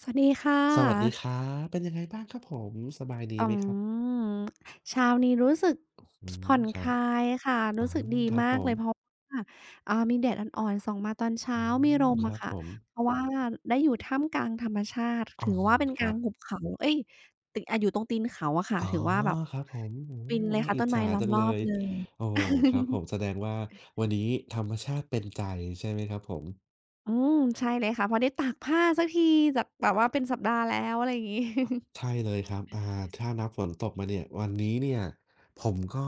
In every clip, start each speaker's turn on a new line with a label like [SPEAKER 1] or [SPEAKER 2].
[SPEAKER 1] สวัสดีค่
[SPEAKER 2] สวัสดีค
[SPEAKER 1] ะ
[SPEAKER 2] รับเป็นยังไงบ้างครับผม สบายดี
[SPEAKER 1] อื
[SPEAKER 2] ไหมครับ
[SPEAKER 1] มเช้านี้รู้สึก
[SPEAKER 2] อื
[SPEAKER 1] ส
[SPEAKER 2] ม
[SPEAKER 1] ผ่อน
[SPEAKER 2] ค
[SPEAKER 1] ค
[SPEAKER 2] รับ
[SPEAKER 1] ลายค่ะ
[SPEAKER 2] ออ
[SPEAKER 1] รู้สึกดี
[SPEAKER 2] ครับ
[SPEAKER 1] มา
[SPEAKER 2] ผ
[SPEAKER 1] กเล
[SPEAKER 2] ม
[SPEAKER 1] ยเพราะว่ามีแดดอ่อนๆส่องมาตอนเช้า
[SPEAKER 2] อื
[SPEAKER 1] มีล
[SPEAKER 2] ม
[SPEAKER 1] มม
[SPEAKER 2] ค
[SPEAKER 1] อะ
[SPEAKER 2] รับผ
[SPEAKER 1] ค่ะ
[SPEAKER 2] ม
[SPEAKER 1] เพราะว่าได้อยู่ท่ามกลางธรรมชาติ
[SPEAKER 2] อื
[SPEAKER 1] ถือว่า
[SPEAKER 2] ม
[SPEAKER 1] เป็น
[SPEAKER 2] ค
[SPEAKER 1] กลา
[SPEAKER 2] รั
[SPEAKER 1] ง
[SPEAKER 2] บ
[SPEAKER 1] หุบเขาเอ๊ยติอยู่ตรงตีนเขาอะค่ะ
[SPEAKER 2] อ๋อ
[SPEAKER 1] ถือว่าแบบ
[SPEAKER 2] ครับผมโอ้โฮ
[SPEAKER 1] ฟินเลย
[SPEAKER 2] น่า
[SPEAKER 1] ค่ะ
[SPEAKER 2] อิจ
[SPEAKER 1] ต้นไม้
[SPEAKER 2] ฉา
[SPEAKER 1] ล้อ
[SPEAKER 2] จั
[SPEAKER 1] ม
[SPEAKER 2] ง
[SPEAKER 1] ร
[SPEAKER 2] เล
[SPEAKER 1] อบ
[SPEAKER 2] ย
[SPEAKER 1] เลย
[SPEAKER 2] โอ้โฮครับผ มแสดงว่าวันนี้ธรรมชาติเป็นใจใช่ไหมครับผม
[SPEAKER 1] อืมใช่เลยค่ะพอได้ตากผ้าสักทีจากแบบว่าเป็นสัปดาห์แล้วอะไรอย่างงี้
[SPEAKER 2] ใช่เลยครับถ้านับฝนตกมาเนี่ยวันนี้เนี่ยผมก็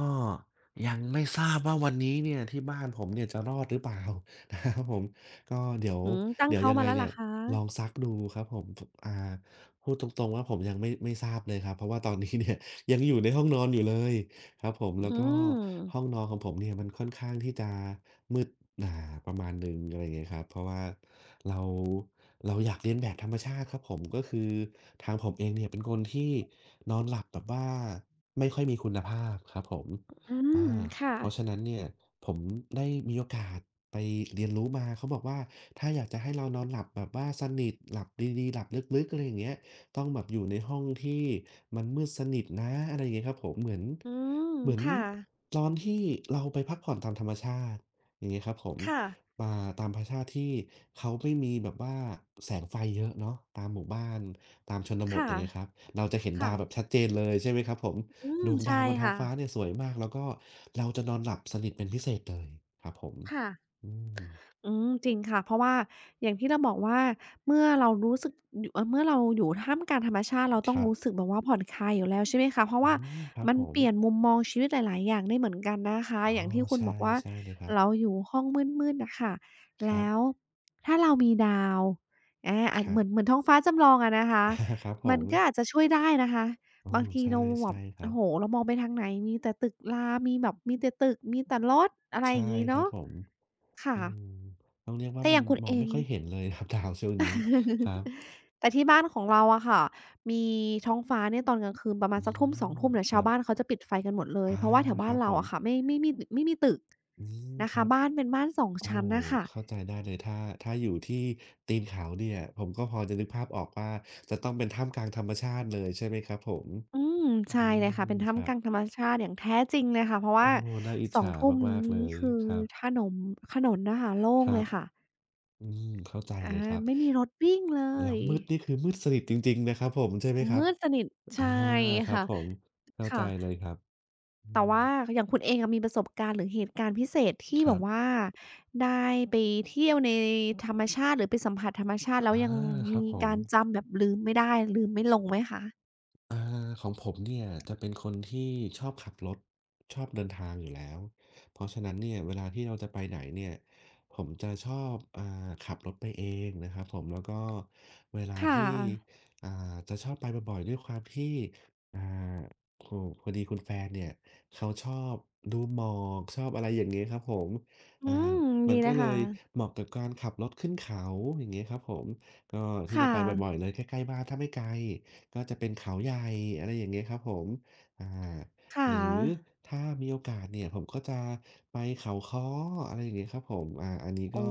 [SPEAKER 2] ยังไม่ทราบว่าวันนี้เนี่ยที่บ้านผมเนี่ยจะรอดหรือเปล่า นะครับผมก็เดี๋ยว
[SPEAKER 1] อืมตั้ง
[SPEAKER 2] เดี๋ยว
[SPEAKER 1] เขา
[SPEAKER 2] ยัง
[SPEAKER 1] มา
[SPEAKER 2] ไง
[SPEAKER 1] แล้วเหร
[SPEAKER 2] เนี่
[SPEAKER 1] อ
[SPEAKER 2] ย
[SPEAKER 1] ค
[SPEAKER 2] ลอง
[SPEAKER 1] ะ
[SPEAKER 2] ซักดูครับผมอ่าพูดตรงๆว่าผมยังไม่ทราบเลยครับเพราะว่าตอนนี้เนี่ย ยังอยู่ในห้องนอนอยู่เลย ครับผม
[SPEAKER 1] อื
[SPEAKER 2] แล้วก็ห้อง
[SPEAKER 1] ม
[SPEAKER 2] นอนของผมเนี่ยมันค่อนข้างที่จะมืดห่าประมาณหนึ่งอะไรอย่างเงี้ยครับเพราะว่าเราเราอยากเลียนแบบธรรมชาติครับผมก็คือทางผมเองเนี่ยเป็นคนที่นอนหลับแบบว่าไม่ค่อยมีคุณภาพครับผม
[SPEAKER 1] อืม
[SPEAKER 2] อาเพราะ
[SPEAKER 1] ค่ะ
[SPEAKER 2] ฉะนั้นเนี่ยผมได้มีโอกาสไปเรียนรู้มาเขาบอกว่าถ้าอยากจะให้เรานอนหลับแบบว่าสนิทหลับดีๆหลับลึกๆอะไรอย่างเงี้ย ต้องแบบอยู่ในห้องที่มันมืดสนิทนะอะไรอย่างเงี้ยครับผมเหมือน
[SPEAKER 1] อืม
[SPEAKER 2] เหมือน
[SPEAKER 1] ค่ะ
[SPEAKER 2] ตอนที่เราไปพักผ่อนตามธรรมชาติอย่างเงี้ยครับผม
[SPEAKER 1] ค่ะ
[SPEAKER 2] มาตามธรรมชาติที่เขาไม่มีแบบว่าแสงไฟเยอะเนาะตามหมู่บ้านตามชนบท
[SPEAKER 1] ค่ะ
[SPEAKER 2] อย่างเงี้ยครับเราจะเห็น
[SPEAKER 1] ค่ะ
[SPEAKER 2] ดาวแบบชัดเจนเลยใช่ไหมครับผม
[SPEAKER 1] อืม
[SPEAKER 2] ดวง
[SPEAKER 1] ใช่
[SPEAKER 2] ดาวบนท้อง
[SPEAKER 1] ค่ะ
[SPEAKER 2] ฟ้าเนี่ยสวยมากแล้วก็เราจะนอนหลับสนิทเป็นพิเศษเลยครับผม
[SPEAKER 1] ค่ะ
[SPEAKER 2] อืม
[SPEAKER 1] อืมจริงค่ะเพราะว่าอย่างที่เราบอกว่าเมื่อเรารู้สึกอยู่เมื่อเราอยู่ท่ามกลางธรรมชาติเรา
[SPEAKER 2] ค
[SPEAKER 1] ต้อง
[SPEAKER 2] รับ
[SPEAKER 1] รู้สึกแบบว่าผ่อนคลายอยู่แล้วใช่ไหมคะเพราะ
[SPEAKER 2] อื
[SPEAKER 1] ว่า
[SPEAKER 2] มครับ
[SPEAKER 1] มัน
[SPEAKER 2] ผม
[SPEAKER 1] เปลี่ยนมุมมองชีวิตหลายๆอย่างได้เหมือนกันนะคะ
[SPEAKER 2] อ๋อ
[SPEAKER 1] อย่างที่คุณบ
[SPEAKER 2] ใช่
[SPEAKER 1] อกว่า
[SPEAKER 2] ใช่เลยครับ
[SPEAKER 1] เราอยู่ห้องมืดๆน่ะค่ะ
[SPEAKER 2] ครับ
[SPEAKER 1] แล้วถ้าเรามีดาว
[SPEAKER 2] ค
[SPEAKER 1] อาจ
[SPEAKER 2] รับ
[SPEAKER 1] เหมือนท้องฟ้าจำลองอะนะคะ
[SPEAKER 2] อาครับผ
[SPEAKER 1] มัน
[SPEAKER 2] ม
[SPEAKER 1] ก็อาจจะช่วยได้นะคะ
[SPEAKER 2] อ๋อ
[SPEAKER 1] บางที
[SPEAKER 2] ใช่
[SPEAKER 1] เราแบ
[SPEAKER 2] ใช่
[SPEAKER 1] บ
[SPEAKER 2] ครั
[SPEAKER 1] โอ้
[SPEAKER 2] บ
[SPEAKER 1] โฮเรามองไปทางไหนมีแต่ตึกรามีแบบมีแต่ตึกมีแต่รถอะไรอ
[SPEAKER 2] ใช่
[SPEAKER 1] ย่างงี้
[SPEAKER 2] ครับ
[SPEAKER 1] เนาะ
[SPEAKER 2] ผม
[SPEAKER 1] ค่ะ
[SPEAKER 2] อืมต้องเรียกว่า
[SPEAKER 1] แต่อ
[SPEAKER 2] มัน
[SPEAKER 1] ย่างคุณ
[SPEAKER 2] มอ
[SPEAKER 1] เอ
[SPEAKER 2] งไม่
[SPEAKER 1] ง
[SPEAKER 2] ค่อยเห็นเลยนะครับ ดาวช่วงนี้ครับ
[SPEAKER 1] แต่ที่บ้านของเราอะค่ะ มีท้องฟ้าเนี่ยตอนกลางคืนประมา
[SPEAKER 2] อื
[SPEAKER 1] ณสักทุ่มสอง
[SPEAKER 2] ม
[SPEAKER 1] ทุ่มเนี่ย
[SPEAKER 2] ค
[SPEAKER 1] ชา
[SPEAKER 2] รั
[SPEAKER 1] วบ้าน
[SPEAKER 2] บ
[SPEAKER 1] เขาจะปิดไฟกันหมดเลย
[SPEAKER 2] อา
[SPEAKER 1] เพราะว่าแถว
[SPEAKER 2] ค
[SPEAKER 1] บ้าน
[SPEAKER 2] รับผ
[SPEAKER 1] เรา
[SPEAKER 2] ม
[SPEAKER 1] อะค่ะไม่มีตึก
[SPEAKER 2] อืม
[SPEAKER 1] นะ
[SPEAKER 2] ครั
[SPEAKER 1] คะ
[SPEAKER 2] บ
[SPEAKER 1] บ้านเป็นบ้านสอง
[SPEAKER 2] โอ้
[SPEAKER 1] ชั้นนะคะ
[SPEAKER 2] เข้าใจได้เลยถ้าอยู่ที่ตีนเขาเนี่ยผมก็พอจะนึกภาพออกว่าจะต้องเป็นท่ามกลางธรรมชาติเลยใช่ไหมครับผม
[SPEAKER 1] อืม
[SPEAKER 2] อื
[SPEAKER 1] ใช่เลยค่ะ
[SPEAKER 2] ม
[SPEAKER 1] เป็นท่า
[SPEAKER 2] ค
[SPEAKER 1] ม
[SPEAKER 2] รั
[SPEAKER 1] กลางธร
[SPEAKER 2] บ
[SPEAKER 1] รมชาติอย่างแท้จริงเลยค่ะเพราะ
[SPEAKER 2] โอ้
[SPEAKER 1] ว่า
[SPEAKER 2] น่าอิจ
[SPEAKER 1] 2
[SPEAKER 2] ฉา
[SPEAKER 1] ุ่ม
[SPEAKER 2] มากๆเล
[SPEAKER 1] นี้
[SPEAKER 2] ย
[SPEAKER 1] คือ
[SPEAKER 2] ครับ
[SPEAKER 1] ถนนถนนน่ะค่ะโล่
[SPEAKER 2] ค
[SPEAKER 1] ง
[SPEAKER 2] รั
[SPEAKER 1] เล
[SPEAKER 2] บ
[SPEAKER 1] ยค่ะ
[SPEAKER 2] อืมเข้าใจ
[SPEAKER 1] อา
[SPEAKER 2] เลยครับ
[SPEAKER 1] ไม่มีรถวิ่งเล
[SPEAKER 2] แล้ว
[SPEAKER 1] ย
[SPEAKER 2] มืดนี่คือมืดสนิทจริงๆนะครับผมใช่ไหมครับ
[SPEAKER 1] มืดสนิท
[SPEAKER 2] อา
[SPEAKER 1] ใช่
[SPEAKER 2] ครับ
[SPEAKER 1] ค่ะ
[SPEAKER 2] ผมเข้าใจ
[SPEAKER 1] ค่ะ
[SPEAKER 2] เลยครับอื
[SPEAKER 1] แต่
[SPEAKER 2] ม
[SPEAKER 1] ว่าอย่างคุณเองอะมีประสบการณ์หรือเหตุการณ์พิเศษที่
[SPEAKER 2] ค
[SPEAKER 1] แบ
[SPEAKER 2] รั
[SPEAKER 1] บ
[SPEAKER 2] บ
[SPEAKER 1] ว่าได้ไปเที่ยวในธรรมชาติหรือไปสัมผัสธรรมชาติแล้ว
[SPEAKER 2] อา
[SPEAKER 1] ยัง
[SPEAKER 2] ครับ
[SPEAKER 1] มี
[SPEAKER 2] ผม
[SPEAKER 1] การจำแบบลืมไม่ได้ลืมไม่ลงไหมคะ
[SPEAKER 2] อ่าของผมเนี่ยจะเป็นคนที่ชอบขับรถชอบเดินทางอยู่แล้วเพราะฉะนั้นเนี่ยเวลาที่เราจะไปไหนเนี่ยผมจะชอบขับรถไปเองนะครับผมแล้วก็เวลา
[SPEAKER 1] ค่ะ
[SPEAKER 2] ที่อ่าจะชอบไปบ่อยๆด้วยความที่อ่าโอ้พอดีคุณแฟนเนี่ยเขาชอบดูหมอกชอบอะไรอย่างงี้ครับผม
[SPEAKER 1] อื
[SPEAKER 2] อ่า
[SPEAKER 1] ม
[SPEAKER 2] มั
[SPEAKER 1] ดี
[SPEAKER 2] นก็
[SPEAKER 1] นะ
[SPEAKER 2] เล
[SPEAKER 1] คะ
[SPEAKER 2] ยเหมาะกับการขับรถขึ้นเขาอย่างงี้ครับผมก็ที่
[SPEAKER 1] ค่
[SPEAKER 2] จะไปบ่อย
[SPEAKER 1] ะ
[SPEAKER 2] ๆเลยใกล้ๆบ้านถ้าไม่ไกล ก็จะเป็นเขาใหญ่อะไรอย่างเงี้ยครับผมอาห
[SPEAKER 1] ค่ะ
[SPEAKER 2] รือถ้ามีโอกาสเนี่ยผมก็จะไปเขาค้ออะไรอย่างเงี้ยครับผมอันนี้ก็
[SPEAKER 1] โอ้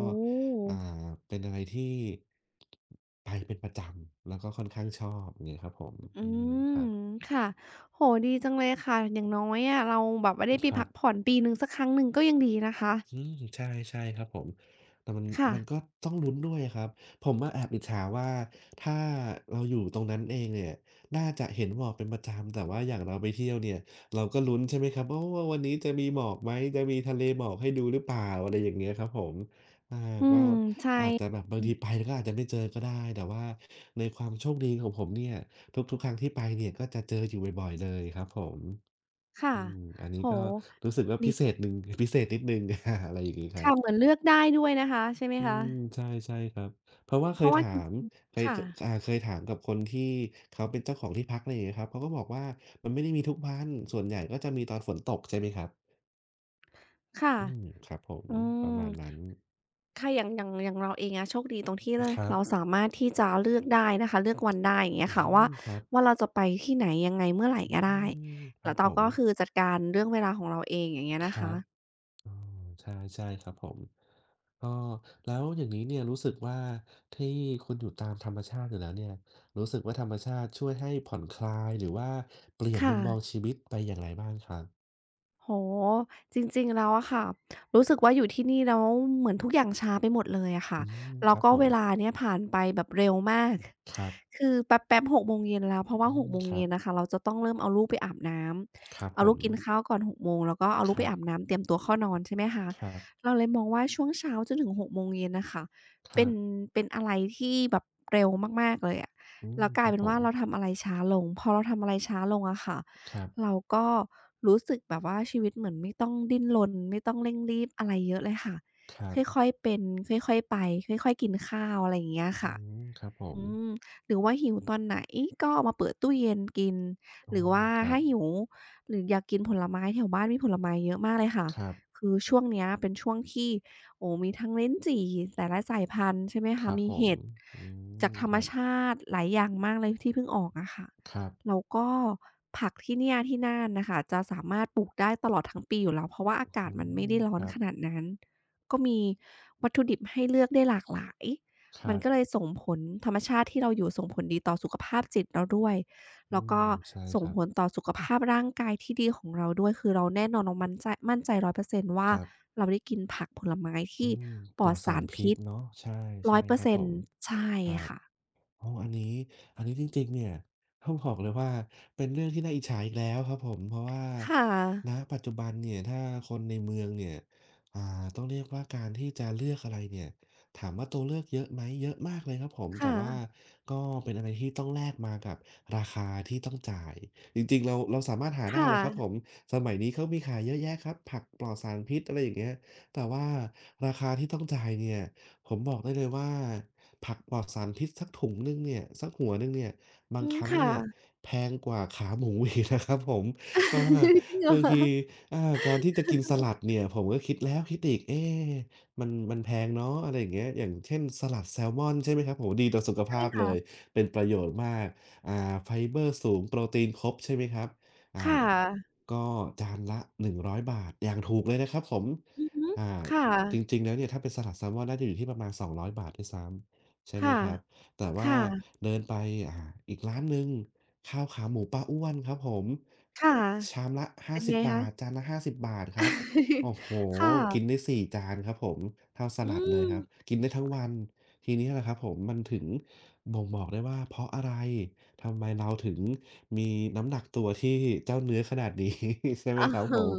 [SPEAKER 1] อ
[SPEAKER 2] อ่าเป็นอะไรที่ไปเป็นประจำแล้วก็ค่อนข้างชอบอย่างเงี้ยครับผม
[SPEAKER 1] ื
[SPEAKER 2] อืมค
[SPEAKER 1] ม
[SPEAKER 2] รับ
[SPEAKER 1] ค่ะโอ้โฮดีจังเลยค่ะอย่างน้อยอะเราแบบว่าได้ไป
[SPEAKER 2] ครั
[SPEAKER 1] พั
[SPEAKER 2] บ
[SPEAKER 1] กผ่อนปีหนึ่งสักครั้งหนึ่งก็ยังดีนะคะ
[SPEAKER 2] อืมใช่ใช่ครับผมแต่มัน
[SPEAKER 1] ค่ะ
[SPEAKER 2] มันก็ต้องลุ้นด้วยะครับผมอะแอบอิจฉาว่าถ้าเราอยู่ตรงนั้นเองเนี่ยน่าจะเห็นหมอกเป็นประจำแต่ว่าอย่างเราไปเที่ยวเนี่ยเราก็ลุ้นใช่ไหมครับโอ้ว่าวันนี้จะมีหมอกไหมจะมีทะเลหมอกให้ดูหรือเปล่าอะไรอย่างเงี้ยครับผมอา
[SPEAKER 1] อื
[SPEAKER 2] ก็
[SPEAKER 1] มใช่
[SPEAKER 2] อาจจะแบบบางทีไปแล้วก็อาจจะไม่เจอก็ได้แต่ว่าในความโชคดีของผมเนี่ยทุกๆครั้งที่ไปเนี่ยก็จะเจออยู่บ่อยๆเลยครับผม
[SPEAKER 1] ค่ะ
[SPEAKER 2] อืมอันนี้
[SPEAKER 1] โอ้
[SPEAKER 2] ก็
[SPEAKER 1] โฮ
[SPEAKER 2] รู้สึกว่าพิเศษหนึ่ง พิเศษนิดหนึ่ง อาอะไรอย่างงี้ครับ
[SPEAKER 1] ค่ะเหมือนเลือกได้ด้วยนะคะใช่ไหม
[SPEAKER 2] อื
[SPEAKER 1] คะ
[SPEAKER 2] มใช่ใช่ครับเพราะว่าเค
[SPEAKER 1] เพ
[SPEAKER 2] ย
[SPEAKER 1] ราะว่า
[SPEAKER 2] ถา
[SPEAKER 1] จร
[SPEAKER 2] ม
[SPEAKER 1] ิง
[SPEAKER 2] เค
[SPEAKER 1] ๆ
[SPEAKER 2] ยค
[SPEAKER 1] ค่ะ
[SPEAKER 2] เคยถามกับคนที่เขาเป็นเจ้าของที่พักอะไรอย่างเงี้ยครับเขาก็บอกว่ามันไม่ได้มีทุกวันส่วนใหญ่ก็จะมีตอนฝนตกใช่ไหมครับ
[SPEAKER 1] ค่ะ
[SPEAKER 2] อืมครับผม
[SPEAKER 1] อื
[SPEAKER 2] ประ
[SPEAKER 1] ม
[SPEAKER 2] มาณนั้น
[SPEAKER 1] ค่ะอย่างอย่างอย่างเราเองอะโชคดีตรงที่เลย
[SPEAKER 2] ครั
[SPEAKER 1] เรา
[SPEAKER 2] บ
[SPEAKER 1] สามารถที่จะเลือกได้นะคะเลือกวันได้อย่างเงี้
[SPEAKER 2] อื
[SPEAKER 1] ยค่ะว่า
[SPEAKER 2] มครับ
[SPEAKER 1] เราจะไปที่ไหนยังไงเมื่อไหร่
[SPEAKER 2] อื
[SPEAKER 1] ก็ได้
[SPEAKER 2] มครั
[SPEAKER 1] แล้
[SPEAKER 2] บ
[SPEAKER 1] ว
[SPEAKER 2] ผ
[SPEAKER 1] เรา
[SPEAKER 2] ม
[SPEAKER 1] ก็คือจัดการเรื่องเวลาของเราเองอย่างเงี้ย
[SPEAKER 2] ค
[SPEAKER 1] นะ
[SPEAKER 2] รั
[SPEAKER 1] คะ
[SPEAKER 2] บ อ๋อใช่ใช่ครับผมก็แล้วอย่างนี้เนี่ยรู้สึกว่าที่คุณอยู่ตามธรรมชาติอยู่แล้วเนี่ยรู้สึกว่าธรรมชาติช่วยให้ผ่อนคลายหรือว่าเปลี่ยนมุ
[SPEAKER 1] ค่ะ
[SPEAKER 2] มมองชีวิตไปอย่างไรบ้างครับ
[SPEAKER 1] โอ้โฮจริงๆแล้วอะค่ะรู้สึกว่าอยู่ที่นี่แล้วเหมือนทุกอย่างช้าไปหมดเลยอะค่ะ
[SPEAKER 2] อืมค
[SPEAKER 1] แล้ว
[SPEAKER 2] รับ
[SPEAKER 1] ก็
[SPEAKER 2] ผม
[SPEAKER 1] เวลาเนี่ยผ่านไปแบบเร็วมาก
[SPEAKER 2] ครับ
[SPEAKER 1] คือแป๊บๆหกโมงเย็นแล้วเพราะว่า
[SPEAKER 2] อื
[SPEAKER 1] ห
[SPEAKER 2] ม
[SPEAKER 1] กโมง
[SPEAKER 2] ครั
[SPEAKER 1] เย็
[SPEAKER 2] บ
[SPEAKER 1] นน่ะค่ะเราจะต้องเริ่มเอาลูกไปอาบน้
[SPEAKER 2] ครับ
[SPEAKER 1] ำเอา
[SPEAKER 2] ผ
[SPEAKER 1] ลู
[SPEAKER 2] ม
[SPEAKER 1] กกินข้าวก่อนหกโมงแล้วก็เอาลู
[SPEAKER 2] ค
[SPEAKER 1] กไป
[SPEAKER 2] รั
[SPEAKER 1] อาบ
[SPEAKER 2] บ
[SPEAKER 1] น้ำเตรียมตัวเข้านอนใช่ไหมคะ
[SPEAKER 2] ครับ
[SPEAKER 1] เราเลยมองว่าช่วงเช้าจนถึงหกโมงเย็นน่ะค่ะ
[SPEAKER 2] ครั
[SPEAKER 1] เป็น
[SPEAKER 2] บ
[SPEAKER 1] เป็นอะไรที่แบบเร็วมากๆเลยอะ
[SPEAKER 2] อืม
[SPEAKER 1] แล้วก
[SPEAKER 2] ค
[SPEAKER 1] ลาย
[SPEAKER 2] รับ
[SPEAKER 1] เป็น
[SPEAKER 2] ผ
[SPEAKER 1] ว่า
[SPEAKER 2] ม
[SPEAKER 1] เราทำอะไรช้าลงพอเราทำอะไรช้าลงอะค่ะ
[SPEAKER 2] ครับ
[SPEAKER 1] เราก็รู้สึกแบบว่าชีวิตเหมือนไม่ต้องดิ้นรนไม่ต้องเร่งรีบอะไรเยอะเลยค่ะ
[SPEAKER 2] ครับ
[SPEAKER 1] ค่อยๆเป็นค่อยๆไปค่อยๆกินข้าวอะไรอย่างเงี้ย
[SPEAKER 2] อื
[SPEAKER 1] ค่ะ
[SPEAKER 2] มครับผม
[SPEAKER 1] อืมหรือว่าหิวตอนไหนก็เอามาเปิดตู้เย็นกิน
[SPEAKER 2] อ๋
[SPEAKER 1] ห
[SPEAKER 2] อ
[SPEAKER 1] รือว่า
[SPEAKER 2] ครั
[SPEAKER 1] ถ้า
[SPEAKER 2] บ
[SPEAKER 1] หิวหรืออยากกินผลไม้แถวบ้านมีผลไม้เยอะมากเลยค่ะ
[SPEAKER 2] ครับ
[SPEAKER 1] คือช่วงเนี้ยเป็นช่วงที่โอ้มีทั้งลิ้นจี่แต่ละสายพันธุ์ใช่ไหม
[SPEAKER 2] ค
[SPEAKER 1] คะ
[SPEAKER 2] รับ
[SPEAKER 1] มี
[SPEAKER 2] ผม
[SPEAKER 1] เห็ด
[SPEAKER 2] อื
[SPEAKER 1] จาก
[SPEAKER 2] ม
[SPEAKER 1] ธร
[SPEAKER 2] ค
[SPEAKER 1] รม
[SPEAKER 2] รับ
[SPEAKER 1] ชาติหลายอย่างมากเลยที่เพิ่งออกอะค่ะ
[SPEAKER 2] ครับ
[SPEAKER 1] แล้วก็ผักที่เนี่ยที่น่านน่ะค่ะจะสามารถปลูกได้ตลอดทั้งปีอยู่แล้วเพราะว่าอากาศ
[SPEAKER 2] อื
[SPEAKER 1] มันไม่
[SPEAKER 2] ม
[SPEAKER 1] ได้ร้อ
[SPEAKER 2] ค
[SPEAKER 1] น
[SPEAKER 2] รับ
[SPEAKER 1] ขนาดนั้นก็มีวัตถุดิบให้เลือกได้หลากหลาย
[SPEAKER 2] ค
[SPEAKER 1] มั
[SPEAKER 2] รั
[SPEAKER 1] น
[SPEAKER 2] บ
[SPEAKER 1] ก็เลยส่งผลธรรมชาติที่เราอยู่ส่งผลดีต่อสุขภาพจิตเราด้วย
[SPEAKER 2] อื
[SPEAKER 1] แล้ว
[SPEAKER 2] ม
[SPEAKER 1] ก็
[SPEAKER 2] ใช่ค
[SPEAKER 1] ส่ง
[SPEAKER 2] รับ
[SPEAKER 1] ผลต่อสุขภาพร่างกายที่ดีของเราด้วยคือเราแน่นอนเรามันใจมั่นใจ100%
[SPEAKER 2] ค
[SPEAKER 1] ว่า
[SPEAKER 2] รับ
[SPEAKER 1] เราได้กินผักผลไม้
[SPEAKER 2] อื
[SPEAKER 1] ที่
[SPEAKER 2] ม
[SPEAKER 1] ป
[SPEAKER 2] ป
[SPEAKER 1] ล
[SPEAKER 2] ล
[SPEAKER 1] อ
[SPEAKER 2] อ
[SPEAKER 1] ด
[SPEAKER 2] ดสา
[SPEAKER 1] สา
[SPEAKER 2] ร
[SPEAKER 1] ร
[SPEAKER 2] พิษ
[SPEAKER 1] พิษ
[SPEAKER 2] เนาะใช่ ใช่ครับผม
[SPEAKER 1] 100%ใช่
[SPEAKER 2] ครับ
[SPEAKER 1] ค่ะ
[SPEAKER 2] อ๋ออันนี้จริงๆเนี่ยต้องบอกเลยว่าเป็นเรื่องที่น่าอิจฉาอีกแล้วครับผมเพราะว่า
[SPEAKER 1] ค่ะ
[SPEAKER 2] ณปัจจุบันเนี่ยถ้าคนในเมืองเนี่ยต้องเรียกว่าการที่จะเลือกอะไรเนี่ยถามว่าตัวเลือกเยอะไหมเยอะมากเลยครับผมแต่
[SPEAKER 1] ค่ะ
[SPEAKER 2] ว่าก็เป็นอะไรที่ต้องแลกมากับราคาที่ต้องจ่าย จริงๆ เราสามารถหาได้
[SPEAKER 1] ค่ะ
[SPEAKER 2] เลยครับผมสมัยนี้เขามีขายเยอะแยะครับผักปลอดสารพิษอะไรอย่างเงี้ยแต่ว่าราคาที่ต้องจ่ายเนี่ย ผมบอกได้เลยว่าผักปลอดสารพิษสักถุงหนึ่งเนี่ยสักหัวหนึ่งเนี่ยบาง
[SPEAKER 1] อื
[SPEAKER 2] ค
[SPEAKER 1] ม
[SPEAKER 2] รั้ง
[SPEAKER 1] ค่ะ
[SPEAKER 2] เนี่ยแพงกว่าขาหมูอีกนะครับผม อา
[SPEAKER 1] จริงเหรอ
[SPEAKER 2] บางที
[SPEAKER 1] คะ
[SPEAKER 2] อาการที่จะกินสลัดเนี่ยผมก็คิดแล้วคิดอีกเอ๊มันแพงเนาะอะไรอย่างเงี้ยอย่างเช่นสลัดแซลมอนใช่ไหมครับโอ้โฮดีต่อสุข
[SPEAKER 1] ใช่
[SPEAKER 2] ภาพเลย
[SPEAKER 1] ค่ะ
[SPEAKER 2] เป็นประโยชน์มากอ่าไฟเบอร์สูงโปรตีนครบใช่ไหมครับอ่า
[SPEAKER 1] ค่ะ
[SPEAKER 2] ก็จานละ100บาทอย่างถูกเลยนะครับผม
[SPEAKER 1] อือฮึ
[SPEAKER 2] อ่า
[SPEAKER 1] ค่ะ
[SPEAKER 2] จริงๆแล้วเนี่ยถ้าเป็นสลัดแซลมอนน่าจะอยู่ที่ประมาณสองร้อย200ด้วยซ้ำใช่ไหม
[SPEAKER 1] ค่ะ
[SPEAKER 2] ครับแต่
[SPEAKER 1] ค
[SPEAKER 2] ว่า
[SPEAKER 1] ่ะ
[SPEAKER 2] เดินไปอ่าอีกร้านหนึ่งข้าวขาหมูป้าอ้วนครับผม
[SPEAKER 1] ค่ะ
[SPEAKER 2] ชามละห้า
[SPEAKER 1] เป็น
[SPEAKER 2] สิบ
[SPEAKER 1] ไงคะ
[SPEAKER 2] 50จานละห้าสิบ50ครับโอ้โฮ
[SPEAKER 1] ค
[SPEAKER 2] กิน
[SPEAKER 1] ่ะ
[SPEAKER 2] ได้4จานครับผมเท่าส
[SPEAKER 1] อื
[SPEAKER 2] ลัดเลย
[SPEAKER 1] ม
[SPEAKER 2] ครับกินได้ทั้งวันทีนี้แหละครับผมมันถึงบ่งบอกได้ว่าเพราะอะไรทำไมเราถึงมีน้ำหนักตัวที่เจ้าเนื้อขนาดนี้ ใช่ไหม
[SPEAKER 1] อือ
[SPEAKER 2] ครับ
[SPEAKER 1] ฮึ
[SPEAKER 2] ผม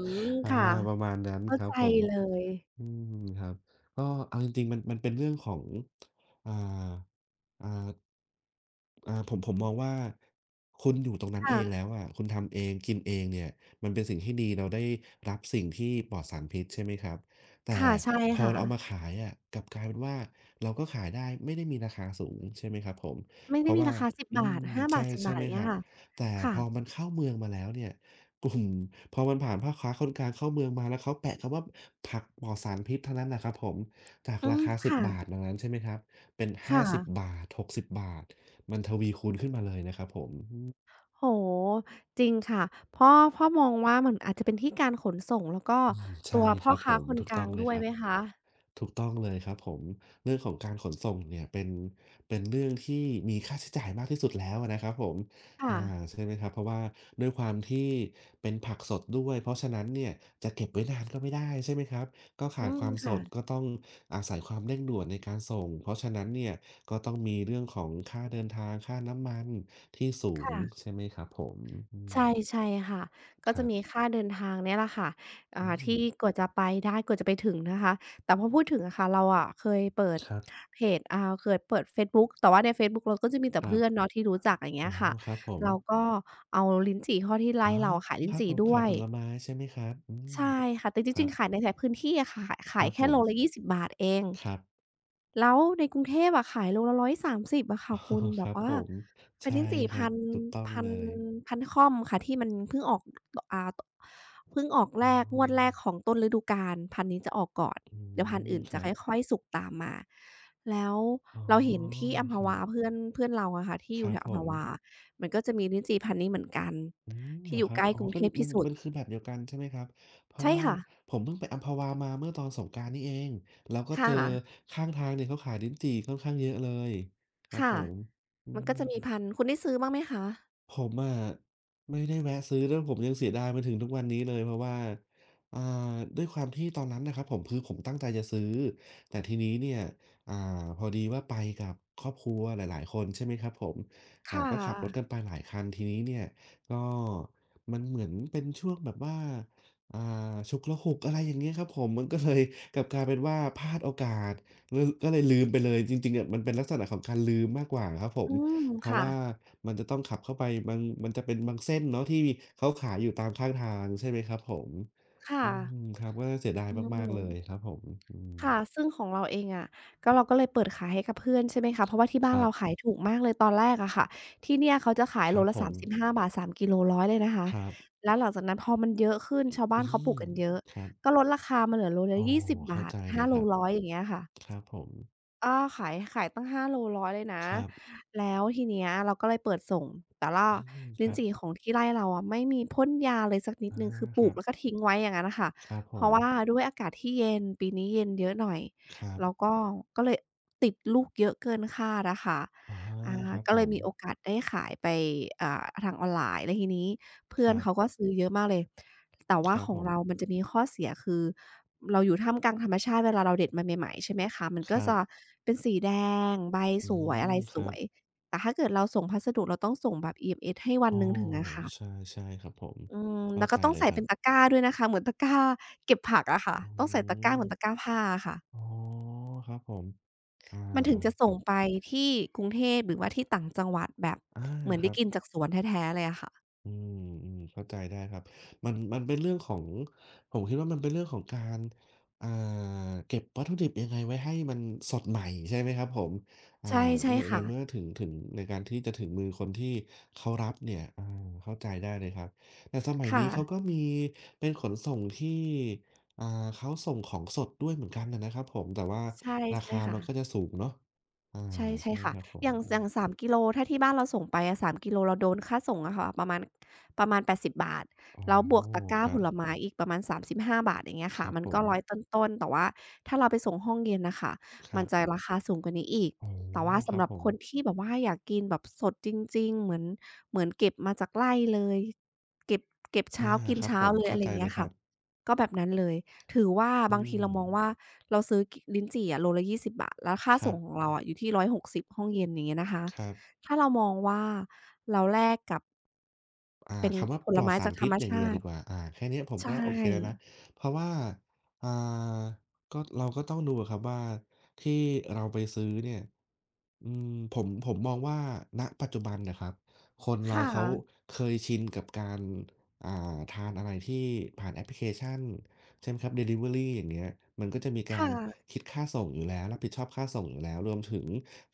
[SPEAKER 2] อา
[SPEAKER 1] ค่ะ
[SPEAKER 2] ประมาณนั้น
[SPEAKER 1] เข้า
[SPEAKER 2] ครับ
[SPEAKER 1] ใจ
[SPEAKER 2] ผม
[SPEAKER 1] เลย
[SPEAKER 2] อืมครับก็เอาจริงๆมันเป็นเรื่องของอ่าอ่าผมมองว่าคุณอยู่ตรงนั้นเองแล้
[SPEAKER 1] ค่ะ
[SPEAKER 2] วอะคุณทำเองกินเองเนี่ยมันเป็นสิ่งที่ดีเราได้รับสิ่งที่ปลอดสารพิษใช่ไหมครับแต่
[SPEAKER 1] ค่ะ ใช่
[SPEAKER 2] พอ
[SPEAKER 1] ค่ะ
[SPEAKER 2] เราเอามาขายอะกลับกลายเป็นว่าเราก็ขายได้ไม่ได้มีราคาสูงใช่ไหมครับผม
[SPEAKER 1] ไม่
[SPEAKER 2] เพ
[SPEAKER 1] ได้
[SPEAKER 2] ราะ
[SPEAKER 1] มี
[SPEAKER 2] ว่า
[SPEAKER 1] ราคาสิบ
[SPEAKER 2] อื
[SPEAKER 1] บา
[SPEAKER 2] ม
[SPEAKER 1] ท10 5
[SPEAKER 2] ใช่
[SPEAKER 1] บาทสิบ10
[SPEAKER 2] ใช่ไห
[SPEAKER 1] อ
[SPEAKER 2] ม
[SPEAKER 1] ย่าง
[SPEAKER 2] ค
[SPEAKER 1] เงี้
[SPEAKER 2] รั
[SPEAKER 1] ย
[SPEAKER 2] บ
[SPEAKER 1] ค่ะ
[SPEAKER 2] แต่พ
[SPEAKER 1] ค่ะ
[SPEAKER 2] อมันเข้าเมืองมาแล้วเนี่ย กลุ่มพอมันผ่านพ่อค้าคนกลางเข้าเมืองมาแล้วเขาแปะคำว่าผักปลอดสารพิษเท่านั้นแหละครับผมจาก
[SPEAKER 1] อื
[SPEAKER 2] รา
[SPEAKER 1] ม
[SPEAKER 2] คา฿10
[SPEAKER 1] ค่ะ
[SPEAKER 2] ดังนั้นใช่ไหมครับเป็น
[SPEAKER 1] ค
[SPEAKER 2] ห้าส50บ
[SPEAKER 1] ่ะ
[SPEAKER 2] 60มันทวีคูณขึ้นมาเลยนะครับผมอื
[SPEAKER 1] โอ้โฮจริงค่ะพ่อมองว่ามันอาจจะเป็นที่การขนส่งแล้วก็
[SPEAKER 2] อืมใช่
[SPEAKER 1] ตัว
[SPEAKER 2] ค
[SPEAKER 1] พ่อ
[SPEAKER 2] รับผ
[SPEAKER 1] ค้า
[SPEAKER 2] ม
[SPEAKER 1] คน
[SPEAKER 2] ถูก
[SPEAKER 1] ก
[SPEAKER 2] ต้
[SPEAKER 1] ลา
[SPEAKER 2] อง
[SPEAKER 1] ง
[SPEAKER 2] เลย
[SPEAKER 1] ด้ว
[SPEAKER 2] ค
[SPEAKER 1] ย
[SPEAKER 2] รับ
[SPEAKER 1] ไหมคะ
[SPEAKER 2] ถูกต้องเลยครับผมเรื่องของการขนส่งเนี่ยเป็นเรื่องที่มีค่าใช้จ่ายมากที่สุดแล้วอะนะครับผม
[SPEAKER 1] ค่ะ
[SPEAKER 2] อาใช่ไหมครับเพราะว่าด้วยความที่เป็นผักสดด้วยเพราะฉะนั้นเนี่ยจะเก็บไว้นานก็ไม่ได้ใช่ไหมครับก็
[SPEAKER 1] อื
[SPEAKER 2] ขาด
[SPEAKER 1] ม
[SPEAKER 2] ความส
[SPEAKER 1] ค่ะ
[SPEAKER 2] ดก็ต้องอาศัยความเร่งด่วนในการส่งเพราะฉะนั้นเนี่ยก็ต้องมีเรื่องของค่าเดินทางค่าน้ำมันที่สูง
[SPEAKER 1] ค่ะ
[SPEAKER 2] ใช่ไหมครับผมอื
[SPEAKER 1] ใช่
[SPEAKER 2] ม
[SPEAKER 1] ใช่ค่ะก็
[SPEAKER 2] ค
[SPEAKER 1] จะ
[SPEAKER 2] รับ
[SPEAKER 1] มีค่าเดินทางเนี่ยแหละค่ะ
[SPEAKER 2] อื
[SPEAKER 1] ที่
[SPEAKER 2] ม
[SPEAKER 1] กว่าจะไปได้กว่าจะไปถึงนะคะแต่พอพูดถึงอะค่ะเราอะเคยเปิด
[SPEAKER 2] ครับ
[SPEAKER 1] เพจเคยเปิดเฟซบุ๊กแต่ว่าในเฟซบุ๊กเราก็จะมีแต่
[SPEAKER 2] ครั
[SPEAKER 1] เพื่อน
[SPEAKER 2] บ
[SPEAKER 1] เนาะที่รู้จักอย่างเงี้
[SPEAKER 2] อ๋อ
[SPEAKER 1] ยค่ะ
[SPEAKER 2] ครับผม
[SPEAKER 1] เราก็เอาลิ้นจี่ข้อที่
[SPEAKER 2] อ๋
[SPEAKER 1] ไร่
[SPEAKER 2] อ
[SPEAKER 1] เราขาย
[SPEAKER 2] ค
[SPEAKER 1] ลิ้น
[SPEAKER 2] รับ
[SPEAKER 1] จี่
[SPEAKER 2] ผม
[SPEAKER 1] ด้
[SPEAKER 2] ขา
[SPEAKER 1] ว
[SPEAKER 2] ย
[SPEAKER 1] ย
[SPEAKER 2] ผลไม้ใช่ไหมครับอืม
[SPEAKER 1] ใช่ค่ะแต่จ
[SPEAKER 2] ครั
[SPEAKER 1] ริง
[SPEAKER 2] บ
[SPEAKER 1] ๆขายในแต่พื้นที่อะค่ะขาย
[SPEAKER 2] ค
[SPEAKER 1] ขาย
[SPEAKER 2] รับผ
[SPEAKER 1] แค่
[SPEAKER 2] ม
[SPEAKER 1] โลละยี่สิบบาทเอง
[SPEAKER 2] ครับ
[SPEAKER 1] แล้วในกรุงเทพอะขายโลละ130อยสามสิบอะค่ะ
[SPEAKER 2] อ๋อ
[SPEAKER 1] คุณ แบ
[SPEAKER 2] ค
[SPEAKER 1] บ
[SPEAKER 2] รับ
[SPEAKER 1] ว่า
[SPEAKER 2] ผม
[SPEAKER 1] เป็น
[SPEAKER 2] ใช่
[SPEAKER 1] ลิ้นจี่
[SPEAKER 2] ครั
[SPEAKER 1] พั
[SPEAKER 2] บ
[SPEAKER 1] น
[SPEAKER 2] ถูกต้อง
[SPEAKER 1] พัน
[SPEAKER 2] เลย
[SPEAKER 1] พันค่อมค่ะที่มันเพิ่งออกตอ่าตเพิ่งออก
[SPEAKER 2] อ๋
[SPEAKER 1] แรกงวดแร
[SPEAKER 2] อ
[SPEAKER 1] กของต้นฤดูกาลพันธุ์นี้จะออกก่อน
[SPEAKER 2] อื
[SPEAKER 1] เดี๋ยวพันธุ์
[SPEAKER 2] ม
[SPEAKER 1] อื่น
[SPEAKER 2] ค
[SPEAKER 1] จะ
[SPEAKER 2] รับ
[SPEAKER 1] ค่อยๆสุกตามมาแล้ว
[SPEAKER 2] อ๋อ
[SPEAKER 1] เราเห็นที่อัมพ
[SPEAKER 2] ครับ
[SPEAKER 1] วาเพื่อนเพื่อนเราอะค่ะที่
[SPEAKER 2] ค
[SPEAKER 1] อยู่
[SPEAKER 2] รับ
[SPEAKER 1] แถว
[SPEAKER 2] ผ
[SPEAKER 1] อัมพ
[SPEAKER 2] ม
[SPEAKER 1] วามันก็จะมีลิ้นจี่พันธุ์นี้เหมือนกัน
[SPEAKER 2] อืมเหรอครับอ๋อเป็นมันคือแบบเดียวกันใช่ไหมครับเพราะ
[SPEAKER 1] ใช่
[SPEAKER 2] ว่า
[SPEAKER 1] ค่ะ
[SPEAKER 2] ผมเพิ่งไปอัมพวามาเมื่อตอนสงกรานต์นี่เองแล้วก็เจอ
[SPEAKER 1] ค่ะ
[SPEAKER 2] ข้างทางเนี่ยเขาขายลิ้นจี่ค่อนข้างเยอะเลยครับผ
[SPEAKER 1] ค่ะ
[SPEAKER 2] มอื
[SPEAKER 1] มันก็จะมี
[SPEAKER 2] ม
[SPEAKER 1] พันธุ์คุณได้ซื้อบ้างไหมคะ
[SPEAKER 2] ผมอะไม่ได้แวะซื้อแล้วผมยังเสียดายมาถึงทุกวันนี้เลยเพราะว่าอ่าด้วยความที่ตอนนั้นนะครับผมคือผมตั้งใจจะซื้อแต่ทีนี้เนี่ยอ่าพอดีว่าไปกับครอบครัวหลายๆคนใช่ไหมครับผม
[SPEAKER 1] ค่
[SPEAKER 2] ก็ขับรถกั
[SPEAKER 1] ะ
[SPEAKER 2] นไปหลายคันทีนี้เนี่ยก็มันเหมือนเป็นช่วงแบบว่าอ่าฉุกละหุกอะไรอย่างเงี้ยครับผมมันก็เลยกลับกลายเป็นว่าพลาดโอกาสเลยก็เลยลืมไปเลยจริงๆอะมันเป็นลักษณะของการลืมมากกว่าครับผม
[SPEAKER 1] อืม
[SPEAKER 2] เพราะ
[SPEAKER 1] ค่ะ
[SPEAKER 2] ว่ามันจะต้องขับเข้าไปมันจะเป็นบางเส้นเนาะที่เขาขายอยู่ตามข้างทางใช่ไหมครับผมอื
[SPEAKER 1] ค่ะ
[SPEAKER 2] มครับก็น่าเสียดาย
[SPEAKER 1] อื
[SPEAKER 2] มากๆเล
[SPEAKER 1] ม
[SPEAKER 2] ยครับผมอืม
[SPEAKER 1] ค่ะ ซึ่งของเราเองอะก็เราก็เลยเปิดขายให้กับเพื่อนใช่ไหมคะเพราะว่าที่
[SPEAKER 2] ค
[SPEAKER 1] บ้าน
[SPEAKER 2] รับ
[SPEAKER 1] เราขายถูกมากเลยตอนแรกอะค่ะ ที่เนี่ยเขาจะขาย
[SPEAKER 2] ค
[SPEAKER 1] โล
[SPEAKER 2] รับ
[SPEAKER 1] ละ
[SPEAKER 2] ผ
[SPEAKER 1] สา
[SPEAKER 2] ม
[SPEAKER 1] มสิบห้าบาท35 3กิโลร้อยเลยนะคะ
[SPEAKER 2] ครับ
[SPEAKER 1] แล้วหลังจากนั้นพอมันเยอะขึ้นชาว
[SPEAKER 2] อื
[SPEAKER 1] บ้านเขาปลู
[SPEAKER 2] ม
[SPEAKER 1] กกันเยอะ
[SPEAKER 2] ครับ
[SPEAKER 1] ก็ลดราคามาเหลือโลละ
[SPEAKER 2] อ๋อ
[SPEAKER 1] 20บ
[SPEAKER 2] เข้า
[SPEAKER 1] บาท
[SPEAKER 2] ใจเล
[SPEAKER 1] 5
[SPEAKER 2] ยค
[SPEAKER 1] โล
[SPEAKER 2] รับ
[SPEAKER 1] ร้อยอย่างเงี้ยค่ะ
[SPEAKER 2] ครับผม
[SPEAKER 1] อาขายตั้ง5โลร้0ยเลยนะ
[SPEAKER 2] ครับ
[SPEAKER 1] แล้วทีเนี้ยเราก็เลยเปิดส่งแต่ล่า
[SPEAKER 2] อืมค
[SPEAKER 1] ลิ้น
[SPEAKER 2] รับ
[SPEAKER 1] จี่ของที่ไร่เราอะไม่มีพ่นยาเลยสักนิด
[SPEAKER 2] อา
[SPEAKER 1] หนึ่งคือป
[SPEAKER 2] ค
[SPEAKER 1] ลู
[SPEAKER 2] รั
[SPEAKER 1] ก
[SPEAKER 2] บ
[SPEAKER 1] แล้วก็ทิ้งไว้อย่างงั้นน่ะค่ะ
[SPEAKER 2] ครับผ
[SPEAKER 1] เพราะ
[SPEAKER 2] ม
[SPEAKER 1] ว่าด้วยอากาศที่เย็นปีนี้เย็นเยอะหน่อย
[SPEAKER 2] ครับ
[SPEAKER 1] แล้วก็ก็เลยติดลูกเยอะเกินคาดอะค่ะ
[SPEAKER 2] อา
[SPEAKER 1] อา
[SPEAKER 2] ครับ
[SPEAKER 1] ก็
[SPEAKER 2] ผ
[SPEAKER 1] เลย
[SPEAKER 2] ม
[SPEAKER 1] มีโอกาสได้ขายไปทางออนไลน์แล้วทีนี้
[SPEAKER 2] ค
[SPEAKER 1] เพื่อน
[SPEAKER 2] รั
[SPEAKER 1] เขาก็
[SPEAKER 2] บ
[SPEAKER 1] ซื้อเยอะมากเลย แต่
[SPEAKER 2] ค
[SPEAKER 1] ว่า
[SPEAKER 2] รับ
[SPEAKER 1] ขอ
[SPEAKER 2] ผ
[SPEAKER 1] ง
[SPEAKER 2] ม
[SPEAKER 1] เรามันจะมีข้อเสีย คือเราอยู่ท่ามกลางธรรมชาติเวลาเราเด็ดมาใหม่ๆใช่ไหมคะ มัน
[SPEAKER 2] ค
[SPEAKER 1] ก็
[SPEAKER 2] รับ
[SPEAKER 1] จะเป็นสีแดง ใบ
[SPEAKER 2] อื
[SPEAKER 1] สวย อะ
[SPEAKER 2] ม
[SPEAKER 1] ไร
[SPEAKER 2] ค
[SPEAKER 1] ส
[SPEAKER 2] รั
[SPEAKER 1] ว
[SPEAKER 2] บ
[SPEAKER 1] ย แต่ถ้าเกิดเราส่งพัสดุ เราต้องส่งแบบ EMS ให้วัน
[SPEAKER 2] อ้
[SPEAKER 1] ห
[SPEAKER 2] อ
[SPEAKER 1] นึ่งถึงอะค่ะ
[SPEAKER 2] ใช่ใช่ครับผม
[SPEAKER 1] อืม
[SPEAKER 2] เข้า
[SPEAKER 1] แล้วก็
[SPEAKER 2] ใจ
[SPEAKER 1] ต้อง
[SPEAKER 2] เลย
[SPEAKER 1] ใส่
[SPEAKER 2] ครั
[SPEAKER 1] เป็
[SPEAKER 2] บ
[SPEAKER 1] นตะกร้าด้วยนะคะเหมือนตะกร้าเก็บผักอะค่ะ
[SPEAKER 2] อื
[SPEAKER 1] ต้องใส่ตะกร้า
[SPEAKER 2] ม
[SPEAKER 1] เหมือนตะกร้าผ้าอะค่ะ
[SPEAKER 2] อ๋อครับผมอา
[SPEAKER 1] มันถึงจะ
[SPEAKER 2] ค
[SPEAKER 1] ส่
[SPEAKER 2] รั
[SPEAKER 1] ง
[SPEAKER 2] บ
[SPEAKER 1] ไปที่กรุงเทพหรือว่าที่ต่างจังหวัดแบบ
[SPEAKER 2] อา
[SPEAKER 1] เหมือน
[SPEAKER 2] ค
[SPEAKER 1] ได้
[SPEAKER 2] รับ
[SPEAKER 1] กินจากสวนแท้ๆเลยอะค่ะ
[SPEAKER 2] อืมอืมเข้าใจได้ครับมันเป็นเรื่องของผมคิดว่ามันเป็นเรื่องของการอ่าเก็บวัตถุดิบยังไงไว้ให้มันสดใหม่ใช่ไหมครับผมอ่า
[SPEAKER 1] ใช่ใช่
[SPEAKER 2] ใน
[SPEAKER 1] ค่ะ
[SPEAKER 2] เมื่อถึงในการที่จะถึงมือคนที่เขารับเนี่ยเข้าใจได้เลยครับแต่สมัย
[SPEAKER 1] ค่ะ
[SPEAKER 2] นี้เขาก็มีเป็นขนส่งที่อ่าเขาส่งของสดด้วยเหมือนกันน่ะนะครับผมแต่ว่า
[SPEAKER 1] ใช่
[SPEAKER 2] รา
[SPEAKER 1] ใช่
[SPEAKER 2] คามันก็จะ
[SPEAKER 1] ค่ะ
[SPEAKER 2] สูงเนาะอา
[SPEAKER 1] ใช่ใช่
[SPEAKER 2] ใช่
[SPEAKER 1] ค่ะ
[SPEAKER 2] ครับผ
[SPEAKER 1] อ
[SPEAKER 2] ม
[SPEAKER 1] ย่าง
[SPEAKER 2] อื
[SPEAKER 1] อย่าง
[SPEAKER 2] ม
[SPEAKER 1] สามกิโลถ้าที่บ้านเราส่งไปอะ3กิโลเราโดนค่าส่งอะค่ะประมาณ80บบาท
[SPEAKER 2] อ๋อ
[SPEAKER 1] แล้วบวกตะกร้า
[SPEAKER 2] ครั
[SPEAKER 1] ผล
[SPEAKER 2] บ
[SPEAKER 1] ไม้อีกประมาณ35บห้าบาทอย่างเงี้ย
[SPEAKER 2] ค
[SPEAKER 1] ค่ะ
[SPEAKER 2] รับ
[SPEAKER 1] มัน
[SPEAKER 2] ผ
[SPEAKER 1] ก็
[SPEAKER 2] ม
[SPEAKER 1] ร้อยต้นๆแต่ว่าถ้าเราไปส่งห้องเย็นน่ะค่ะ
[SPEAKER 2] ค
[SPEAKER 1] มั
[SPEAKER 2] รั
[SPEAKER 1] นจะ
[SPEAKER 2] บ
[SPEAKER 1] ราคาสูงกว่านี้อีก
[SPEAKER 2] โอ้
[SPEAKER 1] แต่ว่า
[SPEAKER 2] ครั
[SPEAKER 1] สำ
[SPEAKER 2] บ
[SPEAKER 1] หรับ
[SPEAKER 2] ผม
[SPEAKER 1] คนที่แบบว่าอยากกินแบบสดจริงๆเหมือนเหมือนเก็บมาจากไร่เลยเก็บเก็บ
[SPEAKER 2] อา
[SPEAKER 1] เช้ากิน
[SPEAKER 2] ครับผ
[SPEAKER 1] เช้า
[SPEAKER 2] ม
[SPEAKER 1] เลย
[SPEAKER 2] เข้า
[SPEAKER 1] อะไร
[SPEAKER 2] ใจ
[SPEAKER 1] อย่าง
[SPEAKER 2] เล
[SPEAKER 1] เงี้
[SPEAKER 2] ย
[SPEAKER 1] ย
[SPEAKER 2] ครั
[SPEAKER 1] ค่ะ
[SPEAKER 2] บ
[SPEAKER 1] ก็แบบนั้นเลย ถือว่า
[SPEAKER 2] อื
[SPEAKER 1] บางที
[SPEAKER 2] ม
[SPEAKER 1] เรามองว่าเราซื้อกลิ้นจี่อะโลละ20บบาทแล้วค่า
[SPEAKER 2] ครั
[SPEAKER 1] ส่งของ
[SPEAKER 2] บ
[SPEAKER 1] เราอะอยู่ที่160หกสิบห้องเย็นอย่างเงี้ยนะคะ
[SPEAKER 2] ครับ
[SPEAKER 1] ถ้าเรามองว่าเราแลกกับเป็น
[SPEAKER 2] คำว่า
[SPEAKER 1] ผ
[SPEAKER 2] ป
[SPEAKER 1] ล
[SPEAKER 2] ลอด
[SPEAKER 1] ไม้
[SPEAKER 2] สาร
[SPEAKER 1] จากธ
[SPEAKER 2] พิ
[SPEAKER 1] ร
[SPEAKER 2] ษ
[SPEAKER 1] รม
[SPEAKER 2] อย่างเดีย
[SPEAKER 1] ชา
[SPEAKER 2] วดี
[SPEAKER 1] ติ
[SPEAKER 2] กว่าแค่เนี้ยผม
[SPEAKER 1] ใช
[SPEAKER 2] ก็โอเคแล้วนะ
[SPEAKER 1] ่
[SPEAKER 2] เพราะว่าอ่าก็เราก็ต้องดูอะครับว่าที่เราไปซื้อเนี่ยอืมผมมองว่าณปัจจุบันนะครับคนเรา
[SPEAKER 1] ค่
[SPEAKER 2] เขา
[SPEAKER 1] ะ
[SPEAKER 2] เคยชินกับการทานอะไรที่ผ่านแอปพลิเคชันใช่ไหมครับด e ลิเวอรีอย่างเงี้ยมันก็จะมีกา
[SPEAKER 1] ค่ะ
[SPEAKER 2] รคิดค่าส่งอยู่แล้วรับผิดชอบค่าส่งอยู่แล้วรวมถึง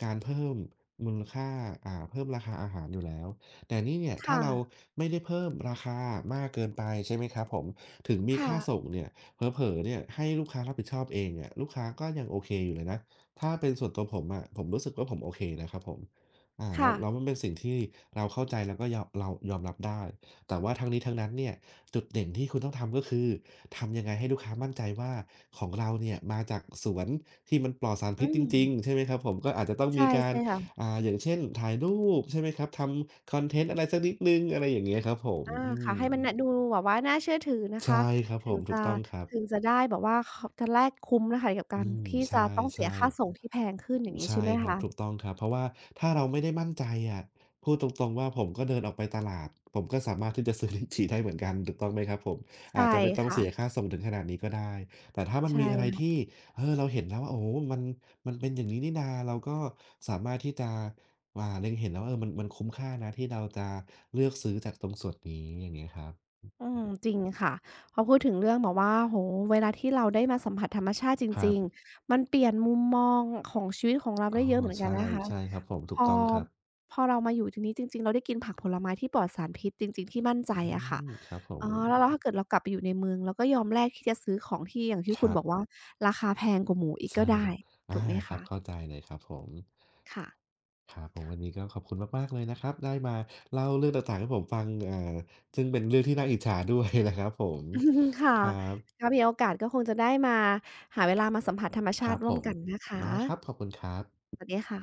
[SPEAKER 2] การเพิ่มมูลค่าเพิ่มราคาอาหารอยู่แล้ว แต่นี่เนี่ยถ้าเรา
[SPEAKER 1] ค่ะ
[SPEAKER 2] ไม่ได้เพิ่มราคามากเกินไปใช่ไหมครับผมถึงมีค่า
[SPEAKER 1] ค่ะ
[SPEAKER 2] ส่งเนี่ยเผลอๆเนี่ยให้ลูกค้ารับผิดชอบเองอะลูกค้าก็ยังโอเคอยู่เลยนะถ้าเป็นส่วนตัวผมอะผมรู้สึกว่าผมโอเคนะครับผมอาแล้ว
[SPEAKER 1] ค่ะ
[SPEAKER 2] แล้วมันเป็นสิ่งที่เราเข้าใจแล้วก็ยอมเรายอมรับได้แต่ว่าทั้งนี้ทั้งนั้นเนี่ยจุดเด่นที่คุณต้องทำก็คือทำยังไงให้ลูกค้ามั่นใจว่าของเราเนี่ยมาจากสวนที่มันปลอดสาร
[SPEAKER 1] อื
[SPEAKER 2] พิษจ
[SPEAKER 1] ม
[SPEAKER 2] ริงๆใช่ไหมครับผมก็อาจจะต้องมี
[SPEAKER 1] ใช่
[SPEAKER 2] การ
[SPEAKER 1] ใช่ค่ะ
[SPEAKER 2] อย่างเช่นถ่ายรูปใช่ไหมครับทำคอนเทนต์อะไรสักนิดหนึ่งอะไรอย่างเงี้ยครับผม
[SPEAKER 1] อา
[SPEAKER 2] อื
[SPEAKER 1] ค่ะ
[SPEAKER 2] ม
[SPEAKER 1] ให้มันน่ะดูแบบว่าน่าเชื่อถือนะคะ
[SPEAKER 2] ใช่ครับผ
[SPEAKER 1] ถึง
[SPEAKER 2] มถู
[SPEAKER 1] จะ
[SPEAKER 2] กต้องครับ
[SPEAKER 1] ถึงจะได้แบบว่าเขาจะแลกคุ้มนะคะกับ
[SPEAKER 2] อื
[SPEAKER 1] การ
[SPEAKER 2] ม
[SPEAKER 1] ที่
[SPEAKER 2] ใช่
[SPEAKER 1] จะต้องเสี
[SPEAKER 2] ใช่
[SPEAKER 1] ยค่าส่งที่แพงขึ้นอย่างงี้ใช่
[SPEAKER 2] ใช่
[SPEAKER 1] ไหม
[SPEAKER 2] ครับ
[SPEAKER 1] คะ
[SPEAKER 2] ถูกต้องครับเพราะว่าถ้าเราไม่ได้มั่นใจอะพูดตรงๆว่าผมก็เดินออกไปตลาดผมก็สามารถที่จะซื้อลิ้นจี่ได้เหมือนกันถูกต้องไหมครับผม
[SPEAKER 1] ใช่
[SPEAKER 2] อาจจะไม่ต้อง
[SPEAKER 1] ค่ะ
[SPEAKER 2] เสียค่าส่งถึงขนาดนี้ก็ได้แต่ถ้ามัน
[SPEAKER 1] ใช่
[SPEAKER 2] มีอะไรที่
[SPEAKER 1] ค่ะ
[SPEAKER 2] เออเราเห็นแล้วว่าโอ้โฮมันมันเป็นอย่างนี้นี่นาเราก็สามารถที่จะเล็งเห็นแล้วว่าเออมันคุ้มค่านะที่เราจะเลือกซื้อจากตรงส่วนนี้อย่างเงี้ยครับ
[SPEAKER 1] อืมจริงค่ะพอพูดถึงเรื่องแบบว่าโอ้โฮเวลาที่เราได้มาสัมผัสธรรมชาติจ
[SPEAKER 2] ครั
[SPEAKER 1] ริง
[SPEAKER 2] บ
[SPEAKER 1] ๆมันเปลี่ยนมุมมองของชีวิตของเรา
[SPEAKER 2] อ๋อ
[SPEAKER 1] ได้เยอะเหมือนกัน
[SPEAKER 2] ใช่
[SPEAKER 1] นะคะ
[SPEAKER 2] ใช่ครับผม
[SPEAKER 1] พ
[SPEAKER 2] ถูก
[SPEAKER 1] อ
[SPEAKER 2] ต้องครับ
[SPEAKER 1] พอเรามาอยู่ตรงนี้จริงๆเราได้กินผักผลไม้ที่ปลอดสารพิษจริงๆที่มั่นใจ
[SPEAKER 2] อื
[SPEAKER 1] อะค่ะ
[SPEAKER 2] มครับผ
[SPEAKER 1] เอ
[SPEAKER 2] ม
[SPEAKER 1] อแล้วถ้าเกิดเรากลับไปอยู่ในเมืองเราก็ยอมแลกที่จะซื้อของที่อย่างที่
[SPEAKER 2] ค
[SPEAKER 1] คุณ
[SPEAKER 2] รับ
[SPEAKER 1] บอกว่าราคาแพงกว่าหมูอีกก็
[SPEAKER 2] ใช่
[SPEAKER 1] ได้
[SPEAKER 2] อา
[SPEAKER 1] ถูกไหม
[SPEAKER 2] ครับเข้า
[SPEAKER 1] คะ
[SPEAKER 2] ใจเลยครับผม
[SPEAKER 1] ค่ะ
[SPEAKER 2] ครับผมวันนี้ก็ขอบคุณมากๆเลยนะครับได้มาเล่าเรื่องต่างๆให้ผมฟัง ซึ่งเป็นเรื่องที่น่าอิจฉา ด้วยนะครับผม
[SPEAKER 1] ค่ะ
[SPEAKER 2] ครับ
[SPEAKER 1] ถ้ามีโอกาสก็คงจะได้มาหาเวลามาสัมผัสธรรม
[SPEAKER 2] ค
[SPEAKER 1] ชา
[SPEAKER 2] รั
[SPEAKER 1] ติ
[SPEAKER 2] บ
[SPEAKER 1] ร่
[SPEAKER 2] ผ
[SPEAKER 1] วม
[SPEAKER 2] ม
[SPEAKER 1] กันนะคะ
[SPEAKER 2] ได้ครับขอบคุณครับ
[SPEAKER 1] สวัสดีค่ะ